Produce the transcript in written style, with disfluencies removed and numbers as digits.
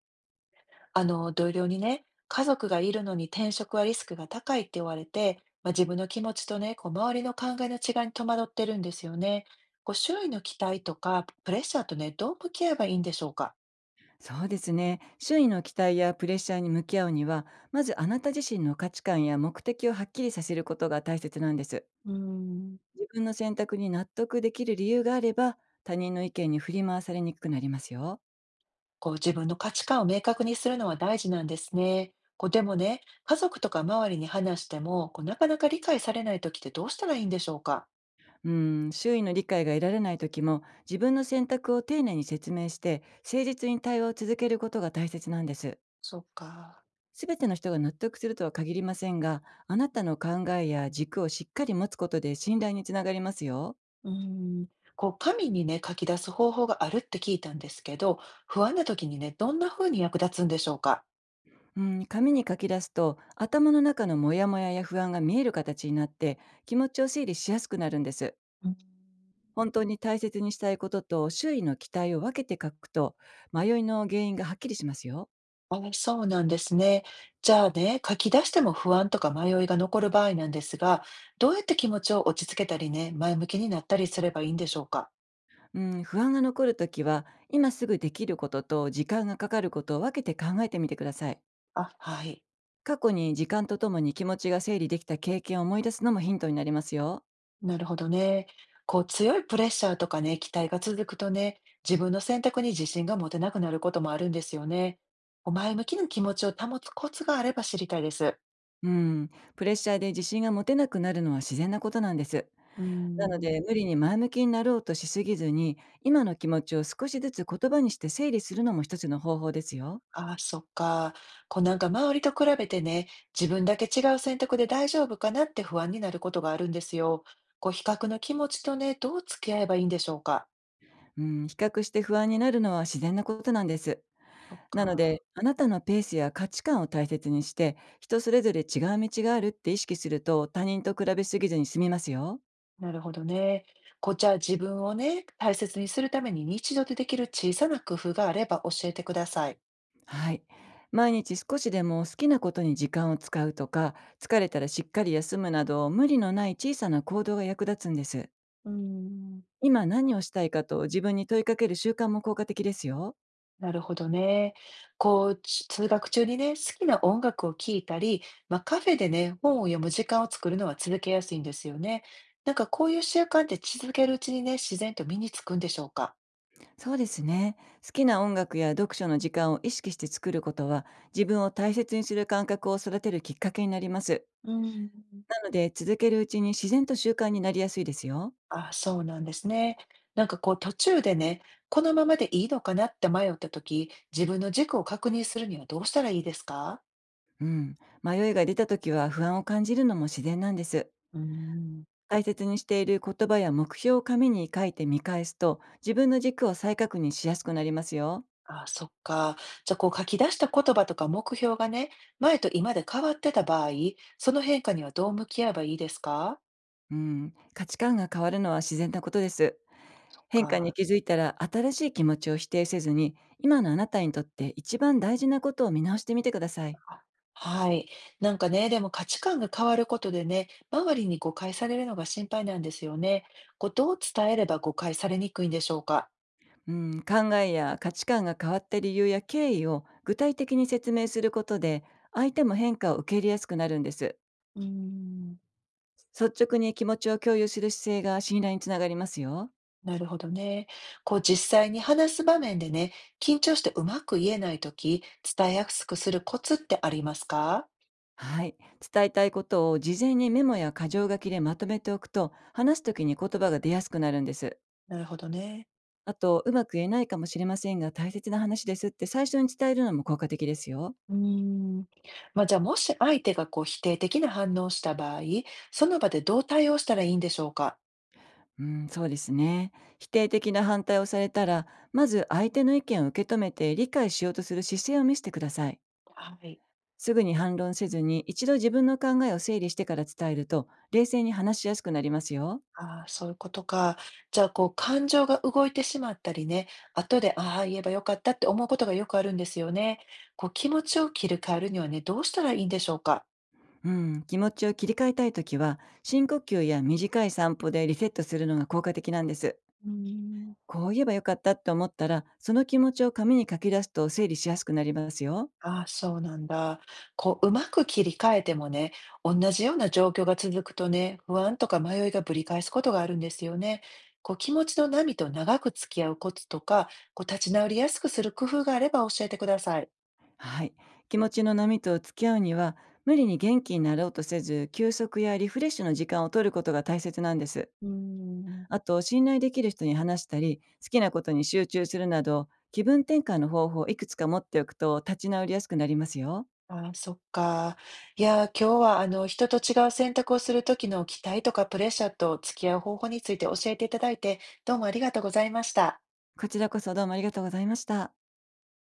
同僚にね、家族がいるのに転職はリスクが高いって言われて、まあ、自分の気持ちとね、周りの考えの違いに戸惑ってるんですよね。周囲の期待とかプレッシャーとね、どう向き合えばいいんでしょうか。そうですね。周囲の期待やプレッシャーに向き合うには、まずあなた自身の価値観や目的をはっきりさせることが大切なんです。うーん、自分の選択に納得できる理由があれば、他人の意見に振り回されにくくなりますよ。自分の価値観を明確にするのは大事なんですね。でもね、家族とか周りに話しても、なかなか理解されない時ってどうしたらいいんでしょうか。うん、周囲の理解が得られない時も、自分の選択を丁寧に説明して、誠実に対話を続けることが大切なんです。そっか。すべての人が納得するとは限りませんが、あなたの考えや軸をしっかり持つことで信頼につながりますよ。うーん、紙にね、書き出す方法があるって聞いたんですけど、不安な時にね、どんな風に役立つんでしょうか？うん、紙に書き出すと頭の中のモヤモヤや不安が見える形になって、気持ちを整理しやすくなるんです。うん、本当に大切にしたいことと周囲の期待を分けて書くと、迷いの原因がはっきりしますよ。あ、そうなんですね。じゃあね、書き出しても不安とか迷いが残る場合なんですが、どうやって気持ちを落ち着けたりね、前向きになったりすればいいんでしょうか？うん、不安が残るときは、今すぐできることと時間がかかることを分けて考えてみてください。あ、はい。過去に時間とともに気持ちが整理できた経験を思い出すのもヒントになりますよ。なるほどね。強いプレッシャーとかね、期待が続くとね、自分の選択に自信が持てなくなることもあるんですよね。前向きな気持ちを保つコツがあれば知りたいです。うん、プレッシャーで自信が持てなくなるのは自然なことなんです。うーなのん。で、無理に前向きになろうとしすぎずに、今の気持ちを少しずつ言葉にして整理するのも一つの方法ですよ。ああ、そっか。なんか周りと比べてね、自分だけ違う選択で大丈夫かなって不安になることがあるんですよ。比較の気持ちとね、どう付き合えばいいんでしょうか。うん、比較して不安になるのは自然なことなんです。そっなのか。で、あなたのペースや価値観を大切にして、人それぞれ違う道があるって意識すると、他人と比べすぎずに済みますよ。なるほどね。じゃあ自分をね、大切にするために日常でできる小さな工夫があれば教えてください。はい。毎日少しでも好きなことに時間を使うとか、疲れたらしっかり休むなど、無理のない小さな行動が役立つんです。うーん。今何をしたいかと自分に問いかける習慣も効果的ですよ。なるほどね。通学中にね、好きな音楽を聴いたり、まあ、カフェでね、本を読む時間を作るのは続けやすいんですよね。なんかこういう習慣って続けるうちにね、自然と身につくんでしょうか。そうですね。好きな音楽や読書の時間を意識して作ることは、自分を大切にする感覚を育てるきっかけになります。うん。なので、続けるうちに自然と習慣になりやすいですよ。あ、そうなんですね。途中でね、このままでいいのかなって迷った時、自分の軸を確認するにはどうしたらいいですか。うん。迷いが出た時は、不安を感じるのも自然なんです。うん。大切にしている言葉や目標を紙に書いて見返すと、自分の軸を再確認しやすくなりますよ。ああ、そっか。じゃあ、書き出した言葉とか目標がね、前と今で変わってた場合、その変化にはどう向き合えばいいですか？うん、価値観が変わるのは自然なことです。変化か。に気づいたら、新しい気持ちを否定せずに、今のあなたにとって一番大事なことを見直してみてください。あ、はい。なんかね、でも価値観が変わることでね、周りに誤解されるのが心配なんですよね。こう、どう伝えれば誤解されにくいんでしょうか？うん、考えや価値観が変わった理由や経緯を具体的に説明することで、相手も変化を受け入れやすくなるんです。うーん、率直に気持ちを共有する姿勢が信頼につながりますよ。なるほどね。実際に話す場面でね、緊張してうまく言えないとき、伝えやすくするコツってありますか？はい。伝えたいことを事前にメモや箇条書きでまとめておくと、話すときに言葉が出やすくなるんです。なるほどね。あと、うまく言えないかもしれませんが、大切な話ですって最初に伝えるのも効果的ですよ。うーん。まあ、じゃあ、もし相手が否定的な反応をした場合、その場でどう対応したらいいんでしょうか？うん、そうですね。否定的な反対をされたら、まず相手の意見を受け止めて理解しようとする姿勢を見せてください。はい。すぐに反論せずに、一度自分の考えを整理してから伝えると、冷静に話しやすくなりますよ。ああ、そういうことか。じゃあ、感情が動いてしまったりね、後で「ああ、言えばよかった」って思うことがよくあるんですよね。気持ちを切り替えるにはね、どうしたらいいんでしょうか？うん、気持ちを切り替えたいときは、深呼吸や短い散歩でリセットするのが効果的なんです。うーん。こう言えばよかったって思ったら、その気持ちを紙に書き出すと整理しやすくなりますよ。ああ、そうなんだ。こう、うまく切り替えてもね、同じような状況が続くとね、不安とか迷いがぶり返すことがあるんですよね。こう、気持ちの波と長く付き合うコツとか、こう、立ち直りやすくする工夫があれば教えてください。はい。気持ちの波と付き合うには、無理に元気になろうとせず、休息やリフレッシュの時間を取ることが大切なんです。うーん、あと、信頼できる人に話したり、好きなことに集中するなど、気分転換の方法をいくつか持っておくと立ち直りやすくなりますよ。ああ、そっか。いやー、今日は人と違う選択をする時の期待とかプレッシャーと付き合う方法について教えていただいて、どうもありがとうございました。こちらこそどうもありがとうございました。